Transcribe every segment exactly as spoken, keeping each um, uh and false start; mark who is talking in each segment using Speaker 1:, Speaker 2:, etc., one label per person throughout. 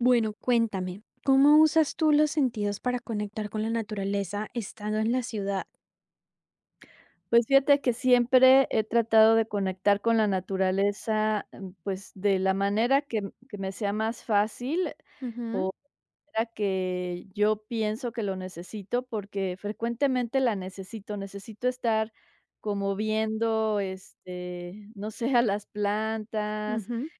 Speaker 1: Bueno, cuéntame, ¿cómo usas tú los sentidos para conectar con la naturaleza estando en la ciudad?
Speaker 2: Pues fíjate que siempre he tratado de conectar con la naturaleza, mm, pues, de la manera que m que me sea más fácil
Speaker 1: Ujú,
Speaker 2: o la que yo pienso que lo necesito, porque frecuentemente la necesito. Necesito estar como viendo, este, no sé, a las plantas,
Speaker 1: ujú,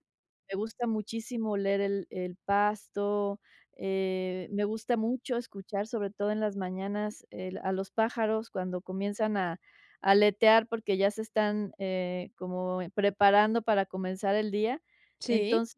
Speaker 2: me gusta muchísimo oler el el pasto. Eh, me gusta mucho escuchar, sobre todo en las mañanas, el a los pájaros cuando comienzan a a aletear porque ya se están, eh, como preparando para comenzar el día.
Speaker 1: sí,
Speaker 2: Entonces,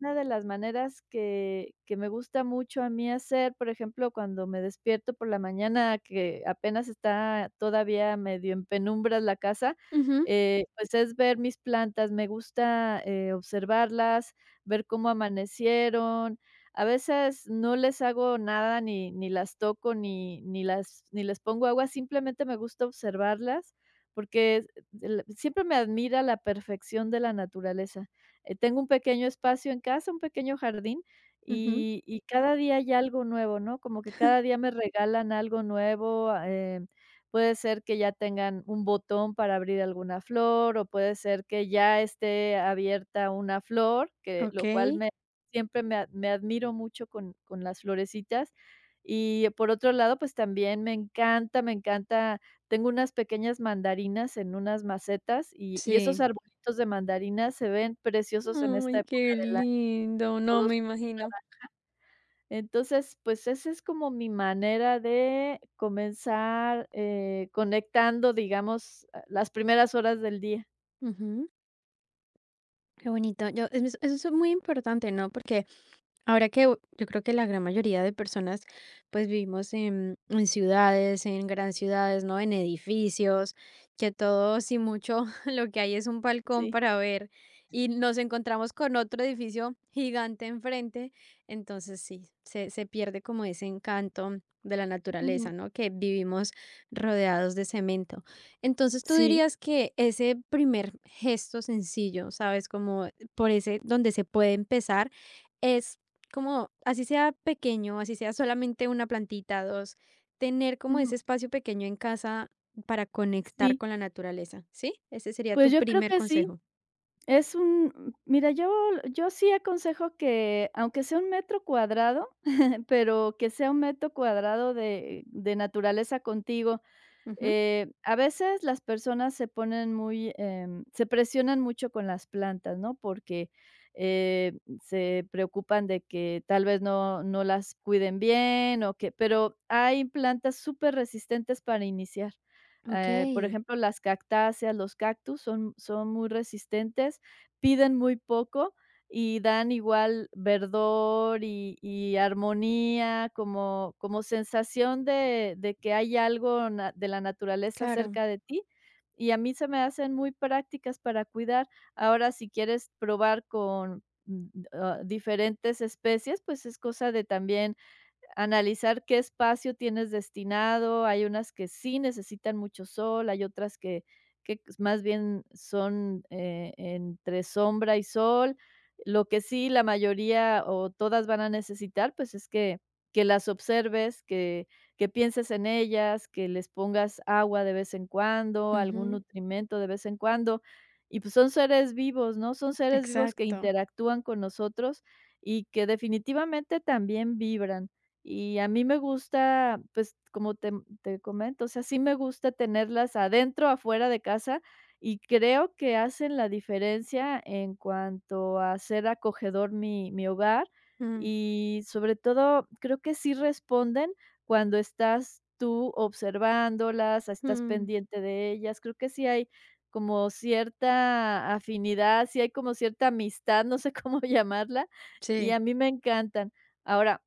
Speaker 2: una de las maneras que que me gusta mucho a mí hacer, por ejemplo, cuando me despierto por la mañana, que apenas está todavía medio en penumbras la casa,
Speaker 1: ujú,
Speaker 2: eh, pues, es ver mis plantas. Me gusta, eh, observarlas, ver cómo amanecieron. A veces no les hago nada, ni ni las toco, ni ni las ni les pongo agua, simplemente me gusta observarlas, porque el siempre me admira la perfección de la naturaleza. Eh, tengo un pequeño espacio en casa, un pequeño jardín,
Speaker 1: ujú,
Speaker 2: y y cada día hay algo nuevo, ¿no? Como que cada día me regalan algo nuevo. Ah, eh, puede ser que ya tengan un botón para abrir alguna flor, o puede ser que ya esté abierta una flor, que
Speaker 1: ok,
Speaker 2: lo cual me siempre me a me admiro mucho con con las florecitas. Y por otro lado, pues también me encanta, me encanta tengo unas pequeñas mandarinas en unas macetas, y y esos
Speaker 1: sí.
Speaker 2: arbolitos de mandarinas se ven preciosos en esta
Speaker 1: Ay,
Speaker 2: época
Speaker 1: qué
Speaker 2: del año,
Speaker 1: lindo, no me
Speaker 2: todos.
Speaker 1: imagino.
Speaker 2: Entonces, pues, esa es como mi manera de comenzar, eh, conectando, digamos, ah, las primeras horas del día.
Speaker 1: Ujú. Qué bonito. Yo, es- eso es muy importante, ¿no? Porque ahora que u- yo creo que la gran mayoría de personas pues vivimos en, en ciudades, en grandes ciudades, ¿no? En edificios, que todo, si mucho, lo que hay es un balcón
Speaker 2: Sí.
Speaker 1: para ver, y nos encontramos con otro edificio gigante enfrente. Entonces sí, se, se pierde como ese encanto de la
Speaker 2: Ujú.
Speaker 1: naturaleza, ¿no? Que vivimos rodeados de cemento. Entonces tú
Speaker 2: Sí.
Speaker 1: dirías que ese primer gesto sencillo, ¿sabes? Como por ese donde se puede empezar es, como así sea pequeño, así sea solamente una plantita, dos, tener como ese
Speaker 2: Ujú.
Speaker 1: espacio pequeño en casa para conectar
Speaker 2: Sí.
Speaker 1: con la naturaleza, ¿sí? Ese sería
Speaker 2: Pues,
Speaker 1: tu
Speaker 2: yo creo
Speaker 1: primer
Speaker 2: que sí.
Speaker 1: consejo.
Speaker 2: Es un mira, yo, yo sí aconsejo que, aunque sea un metro cuadrado, pero que sea un metro cuadrado de de naturaleza contigo.
Speaker 1: Ujú.
Speaker 2: Eh, a veces las personas se ponen muy, em, se presionan mucho con las plantas, ¿no? Porque eh, se preocupan de que tal vez no, no las cuiden bien o que, pero hay plantas súper resistentes para iniciar. Eh, por
Speaker 1: Okey,
Speaker 2: ejemplo, las cactáceas, los cactus son, son muy resistentes, piden muy poco y dan igual verdor y y armonía, como como sensación de de que hay algo na de la naturaleza
Speaker 1: claro.
Speaker 2: cerca de ti, y a mí se me hacen muy prácticas para cuidar. Ahora, si quieres probar con, mm, ah, diferentes especies, pues es cosa de también analizar qué espacio tienes destinado. Hay unas que sí necesitan mucho sol, hay otras que que más bien son, eh, entre sombra y sol. Lo que sí la mayoría o todas van a necesitar, pues, es que que las observes, que que pienses en ellas, que les pongas agua de vez en cuando, algún
Speaker 1: Ujú,
Speaker 2: nutrimento de vez en cuando. Y, pues, son seres vivos, ¿no? Son seres vivos que
Speaker 1: exacto.
Speaker 2: interactúan con nosotros y que definitivamente también vibran. Y a mí me gusta, pues, como te te comento, o sea, sí me gusta tenerlas adentro, afuera de casa, y creo que hacen la diferencia en cuanto a ser acogedor mi mi hogar, y sobre todo, creo que sí responden cuando estás tú observándolas, estás
Speaker 1: Ujú.
Speaker 2: pendiente de ellas. Creo que sí hay como cierta afinidad, sí hay como cierta amistad, no sé cómo llamarla, y
Speaker 1: Sí.
Speaker 2: a mí me encantan. Ahora,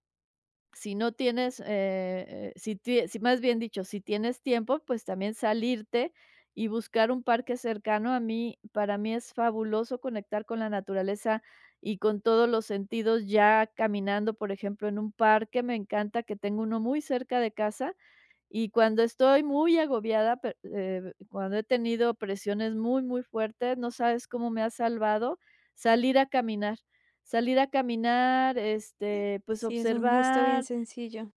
Speaker 2: si no tienes, eh eh, si tie si más bien dicho, si tienes tiempo, pues también salirte y buscar un parque cercano. A mí Para mí es fabuloso conectar con la naturaleza y con todos los sentidos, ya caminando, por ejemplo, en un parque. Me encanta que tengo uno muy cerca de casa, y cuando estoy muy agobiada, pe eh, cuando he tenido presiones muy, muy fuertes, no sabes cómo me ha salvado salir a caminar. Salir a caminar, este, pues,
Speaker 1: Sí, es un gesto bien
Speaker 2: observar.
Speaker 1: sencillo.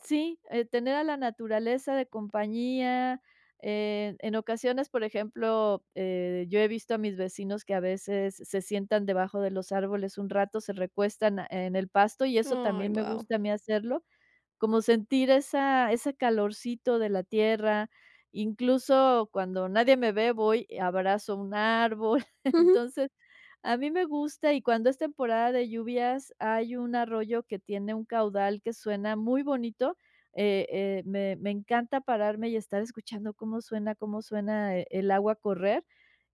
Speaker 2: Sí, eh, tener a la naturaleza de compañía. Eh, en ocasiones, por ejemplo, eh, yo he visto a mis vecinos que a veces se sientan debajo de los árboles un rato, se recuestan a- en el pasto, y eso
Speaker 1: Ay,
Speaker 2: también me
Speaker 1: wow.
Speaker 2: gusta a mí hacerlo, como sentir esa ese calorcito de la tierra. Incluso cuando nadie me ve, voy y abrazo un árbol. Entonces, a mí me gusta, y cuando es temporada de lluvias, hay un arroyo que tiene un caudal que suena muy bonito. Eh eh, me me encanta pararme y estar escuchando cómo suena cómo suena e el agua correr,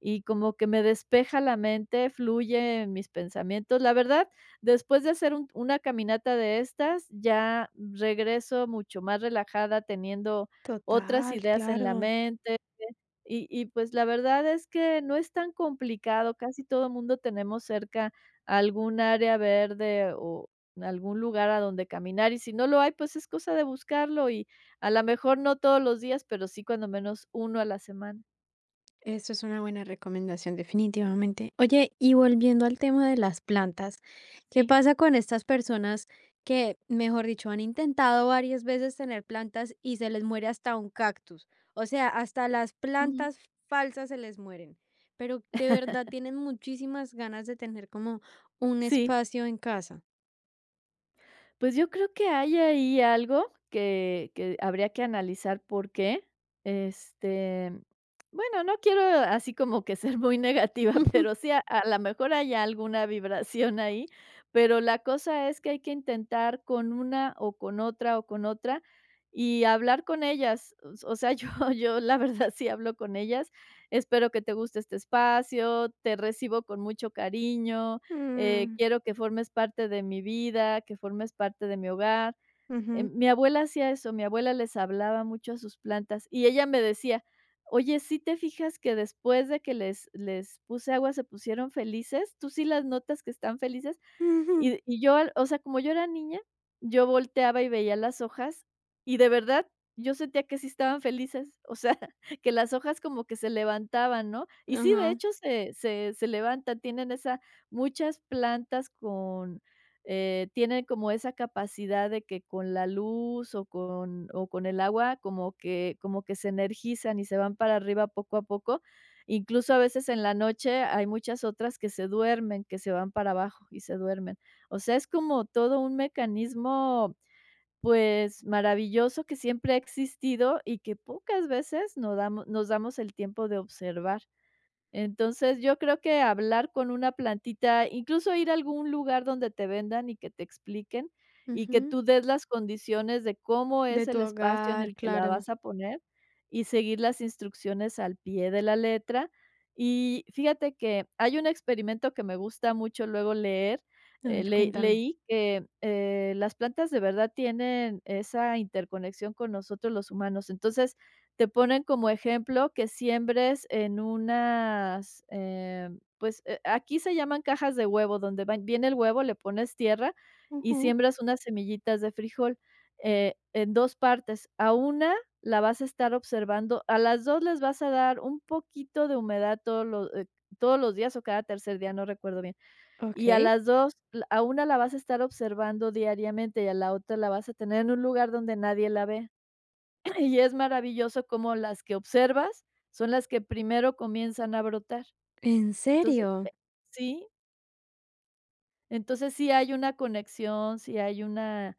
Speaker 2: y como que me despeja la mente, fluye en mis pensamientos. La verdad Después de hacer un una caminata de estas, ya regreso mucho más relajada, teniendo otras
Speaker 1: Total,
Speaker 2: ideas en la
Speaker 1: claro.
Speaker 2: mente. Y y, pues, la verdad es que no es tan complicado, casi todo el mundo tenemos cerca algún área verde o algún lugar a donde caminar, y si no lo hay, pues, es cosa de buscarlo y a lo mejor no todos los días, pero sí cuando menos uno a la semana.
Speaker 1: Eso es una buena recomendación, definitivamente. Oye, y volviendo al tema de las plantas, ¿qué
Speaker 2: Sí,
Speaker 1: pasa con estas personas que, mejor dicho, han intentado varias veces tener plantas y se les muere hasta un cactus? O sea, hasta las
Speaker 2: ujú.
Speaker 1: plantas falsas se les mueren, pero de verdad tienen muchísimas ganas de tener como un
Speaker 2: Sí.
Speaker 1: espacio en casa.
Speaker 2: Pues, yo creo que hay ahí algo que que habría que analizar por qué, este, bueno, no quiero así como que ser muy negativa,
Speaker 1: Ujú.
Speaker 2: pero sí, a a la mejor hay alguna vibración ahí, pero la cosa es que hay que intentar con una o con otra o con otra y hablar con ellas, o o sea, yo yo la verdad sí hablo con ellas. Espero que te guste este espacio, te recibo con mucho cariño. Eh,
Speaker 1: Mm,
Speaker 2: quiero que formes parte de mi vida, que formes parte de mi hogar. Eh,
Speaker 1: ujú,
Speaker 2: mi abuela hacía eso, mi abuela les hablaba mucho a sus plantas y ella me decía: "Oye, ¿sí te fijas que después de que les les puse agua se pusieron felices? ¿Tú sí las notas que están felices?".
Speaker 1: ujú,
Speaker 2: Y y yo, al o sea, como yo era niña, yo volteaba y veía las hojas, y de verdad, yo sentía que sí estaban felices, o sea, que las hojas como que se levantaban, ¿no? Y sí, de
Speaker 1: ajá,
Speaker 2: hecho, se se se levantan. Tienen esa Muchas plantas con, eh, tienen como esa capacidad de que con la luz o con o con el agua como que como que se energizan y se van para arriba poco a poco. Incluso a veces en la noche hay muchas otras que se duermen, que se van para abajo y se duermen. O sea, es como todo un mecanismo, pues, maravilloso que siempre ha existido y que pocas veces nos damo nos damos el tiempo de observar. Entonces, yo creo que hablar con una plantita, incluso ir a algún lugar donde te vendan y que te expliquen, y que
Speaker 1: ujú.
Speaker 2: tú des las condiciones de cómo
Speaker 1: De
Speaker 2: es
Speaker 1: tu
Speaker 2: el espacio en
Speaker 1: hogar,
Speaker 2: el que la
Speaker 1: claro.
Speaker 2: vas a poner y seguir las instrucciones al pie de la letra. Y fíjate que hay un experimento que me gusta mucho luego leer.
Speaker 1: A
Speaker 2: Eh,
Speaker 1: ver,
Speaker 2: le-
Speaker 1: cuéntame.
Speaker 2: leí que eh, las plantas de verdad tienen esa interconexión con nosotros los humanos. Entonces, te ponen como ejemplo que siembres en unas, em, pues, eh, aquí se llaman cajas de huevo, donde van viene el huevo, le pones tierra y
Speaker 1: Ujú.
Speaker 2: siembras unas semillitas de frijol, eh, en dos partes. A una la vas a estar observando, a las dos les vas a dar un poquito de humedad todos los, eh, todos los días o cada tercer día, no recuerdo bien. Y a
Speaker 1: Ok.
Speaker 2: las dos, l a una la vas a estar observando diariamente y a la otra la vas a tener en un lugar donde nadie la ve. Y es maravilloso cómo las que observas son las que primero comienzan a brotar.
Speaker 1: ¿En
Speaker 2: Entonces
Speaker 1: serio?
Speaker 2: sí, entonces, sí hay una conexión, sí hay una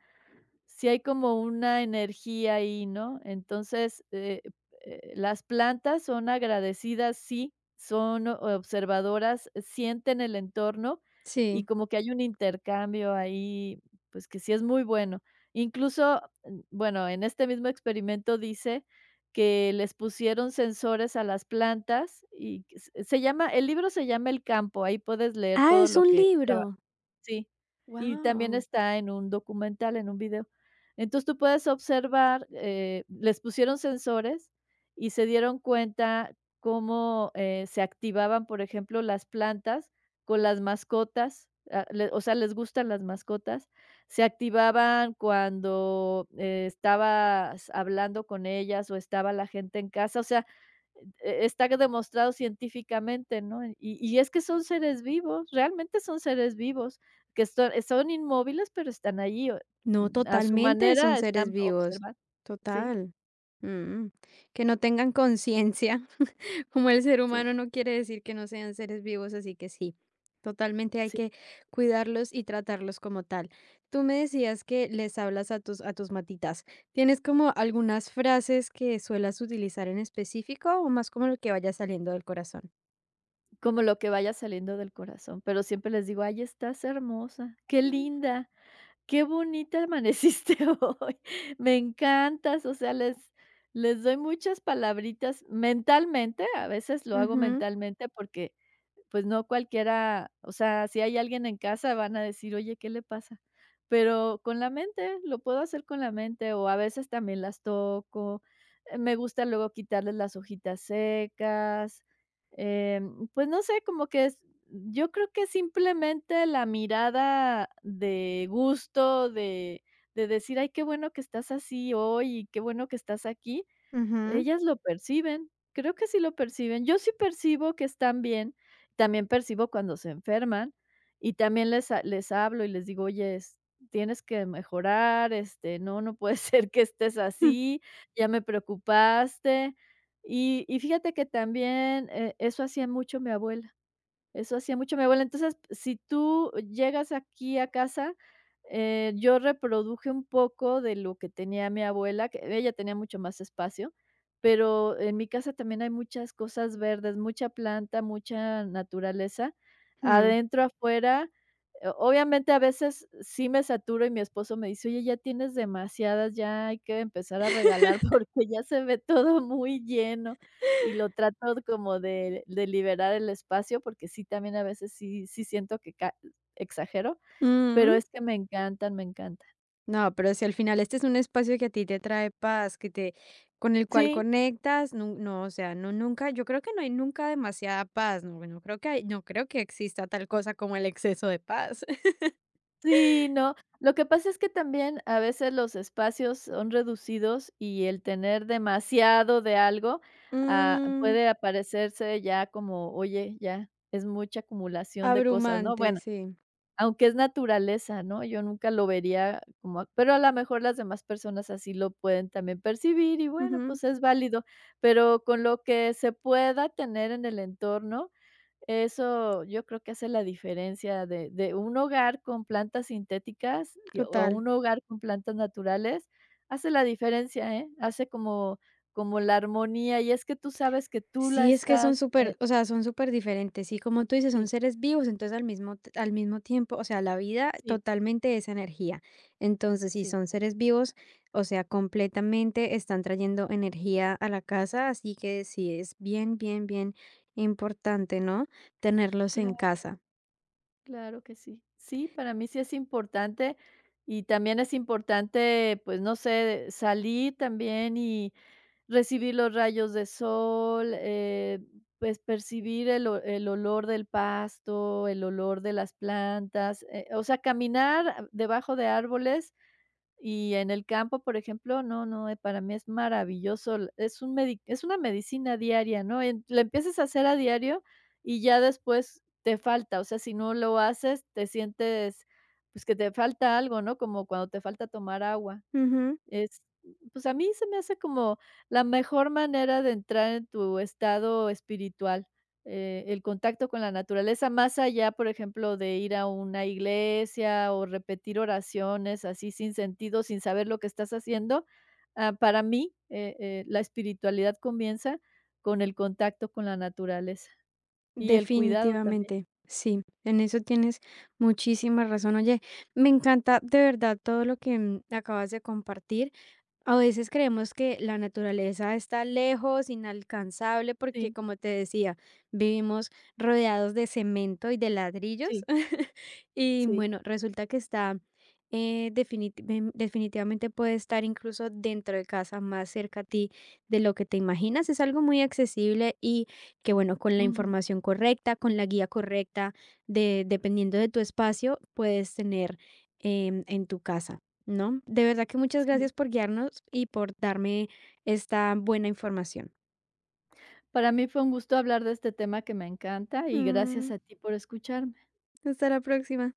Speaker 2: sí hay como una energía ahí, ¿no? Entonces, eh, eh, las plantas son agradecidas, sí, son o- observadoras, sienten el entorno, y
Speaker 1: Sí.
Speaker 2: como que hay un intercambio ahí, pues, que sí es muy bueno. Incluso, mm, bueno, en este mismo experimento dice que les pusieron sensores a las plantas y que se se llama el libro se llama El Campo. Ahí puedes leer
Speaker 1: Ah,
Speaker 2: todo
Speaker 1: es
Speaker 2: lo
Speaker 1: un
Speaker 2: que...
Speaker 1: libro.
Speaker 2: Sí, y también
Speaker 1: Wow.
Speaker 2: está en un documental, en un video. Entonces, tú puedes observar, eh, les pusieron sensores y se dieron cuenta cómo, eh, se activaban, por ejemplo, las plantas con las mascotas. Ah, le O sea, les gustan las mascotas. Se activaban cuando, eh, estabas hablando con ellas o estaba la gente en casa. O sea, e está demostrado científicamente, ¿no? Y y es que son seres vivos, realmente son seres vivos, que esto son inmóviles, pero están allí, o
Speaker 1: No,
Speaker 2: a su
Speaker 1: totalmente son
Speaker 2: manera
Speaker 1: seres
Speaker 2: están
Speaker 1: vivos.
Speaker 2: observando. Sí,
Speaker 1: Total. Mm. Que no tengan conciencia. Como el ser
Speaker 2: sí,
Speaker 1: humano no quiere decir que no sean seres vivos, así que sí. Totalmente hay
Speaker 2: sí,
Speaker 1: que cuidarlos y tratarlos como tal. Tú me decías que les hablas a tus, a tus matitas. ¿Tienes como algunas frases que suelas utilizar en específico o más como lo que vaya saliendo del corazón?
Speaker 2: como lo que vaya saliendo del corazón, pero siempre les digo: "Ay, estás hermosa, qué
Speaker 1: Mm,
Speaker 2: linda, qué bonita amaneciste hoy, me encantas". O sea, les les doy muchas palabritas mentalmente, a veces lo hago
Speaker 1: ujú,
Speaker 2: mentalmente porque pues no cualquiera, o sea, si hay alguien en casa van a decir: "Oye, ¿qué le pasa?". Pero con la mente, lo puedo hacer con la mente, o a veces también las toco. Eh, me gusta luego quitarles las hojitas secas. Em, pues no sé, como que es yo creo que simplemente la mirada de gusto, de de decir: "Ay, qué bueno que estás así hoy y qué bueno que estás aquí".
Speaker 1: ujú.
Speaker 2: Ellas lo perciben, creo que sí lo perciben. Yo sí percibo que están bien, también percibo cuando se enferman y también les ha les hablo y les digo: "Oye, es tienes que mejorar, este, no, no puede ser que estés así, ya me preocupaste". Y y fíjate que también, eh, eso hacía mucho mi abuela. Eso hacía mucho mi abuela. Entonces, si tú llegas aquí a casa, eh, yo reproduje un poco de lo que tenía mi abuela, que ella tenía mucho más espacio, pero en mi casa también hay muchas cosas verdes, mucha planta, mucha naturaleza,
Speaker 1: Mm,
Speaker 2: adentro, afuera. Eh, obviamente, a veces sí me saturo y mi esposo me dice: "Oye, ya tienes demasiadas, ya hay que empezar a regalar porque ya se ve todo muy lleno", y lo trato como de de liberar el espacio, porque sí, también a veces sí sí siento que ca exagero, pero
Speaker 1: mm.
Speaker 2: es que me encantan, me encantan.
Speaker 1: No, pero si al final este es un espacio que a ti te trae paz, que te, con el cual
Speaker 2: Sí,
Speaker 1: conectas, nu- no, o sea, no nunca, yo creo que no hay nunca demasiada paz, no, no creo que hay- no creo que exista tal cosa como el exceso de paz.
Speaker 2: sí, no. Lo que pasa es que también a veces los espacios son reducidos y el tener demasiado de algo, ah,
Speaker 1: Mm,
Speaker 2: puede aparecerse ya como, oye, ya es mucha acumulación de cosas, ¿no?
Speaker 1: abrumante,
Speaker 2: Bueno,
Speaker 1: sí.
Speaker 2: aunque es naturaleza, ¿no? Yo nunca lo vería como... pero a lo mejor las demás personas así lo pueden también percibir, y bueno,
Speaker 1: Ujú,
Speaker 2: pues es válido, pero con lo que se pueda tener en el entorno, eso yo creo que hace la diferencia de de un hogar con plantas sintéticas y o
Speaker 1: total.
Speaker 2: un hogar con plantas naturales. Hace la diferencia, ¿eh? Hace como como la armonía, y es que tú sabes que tú la
Speaker 1: Sí, es que son
Speaker 2: estás, eh...
Speaker 1: súper, o sea, son súper diferentes. Y como tú dices, son
Speaker 2: Sí,
Speaker 1: seres vivos, entonces al mismo, t- al mismo tiempo, o sea, la vida
Speaker 2: sí,
Speaker 1: totalmente es energía. Entonces, si
Speaker 2: sí,
Speaker 1: son seres vivos, o sea, completamente están trayendo energía a la casa, así que sí, es bien, bien, bien importante, ¿no? Tenerlos en
Speaker 2: claro.
Speaker 1: casa.
Speaker 2: Claro que sí. Sí, para mí sí es importante, y también es importante, pues no sé, salir también y recibir los rayos de sol. Eh, pues percibir el, o- el olor del pasto, el olor de las plantas, eh, o sea, caminar debajo de árboles y en el campo, por ejemplo, no, no, eh, para mí es maravilloso. L es un medi Es una medicina diaria, ¿no? En La empiezas a hacer a diario y ya después te falta, o sea, si no lo haces, te sientes, pues, que te falta algo, ¿no? Como cuando te falta tomar agua.
Speaker 1: Ujú,
Speaker 2: Es, pues, a mí se me hace como la mejor manera de entrar en tu estado espiritual. Eh, el contacto con la naturaleza, más allá, por ejemplo, de ir a una iglesia o repetir oraciones así sin sentido, sin saber lo que estás haciendo. Ah, para mí, eh eh, la espiritualidad comienza con el contacto con la naturaleza y el cuidado también.
Speaker 1: definitivamente. Sí, en eso tienes muchísima razón. Oye, me encanta de verdad todo lo que, mm, acabas de compartir. A veces creemos que la naturaleza está lejos, inalcanzable, porque
Speaker 2: Sí,
Speaker 1: como te decía, vivimos rodeados de cemento y de ladrillos.
Speaker 2: sí,
Speaker 1: Y
Speaker 2: sí.
Speaker 1: bueno, resulta que está, eh, definit- em, definitivamente puede estar incluso dentro de casa, más cerca a ti de lo que te imaginas. Es algo muy accesible y que bueno, con la
Speaker 2: Ujú,
Speaker 1: información correcta, con la guía correcta, de, dependiendo de tu espacio, puedes tener, em, en tu casa. No, de verdad que muchas
Speaker 2: sí.
Speaker 1: gracias por guiarnos y por darme esta buena información.
Speaker 2: Para mí fue un gusto hablar de este tema que me encanta, y
Speaker 1: Mm,
Speaker 2: gracias a ti por escucharme.
Speaker 1: hasta la próxima.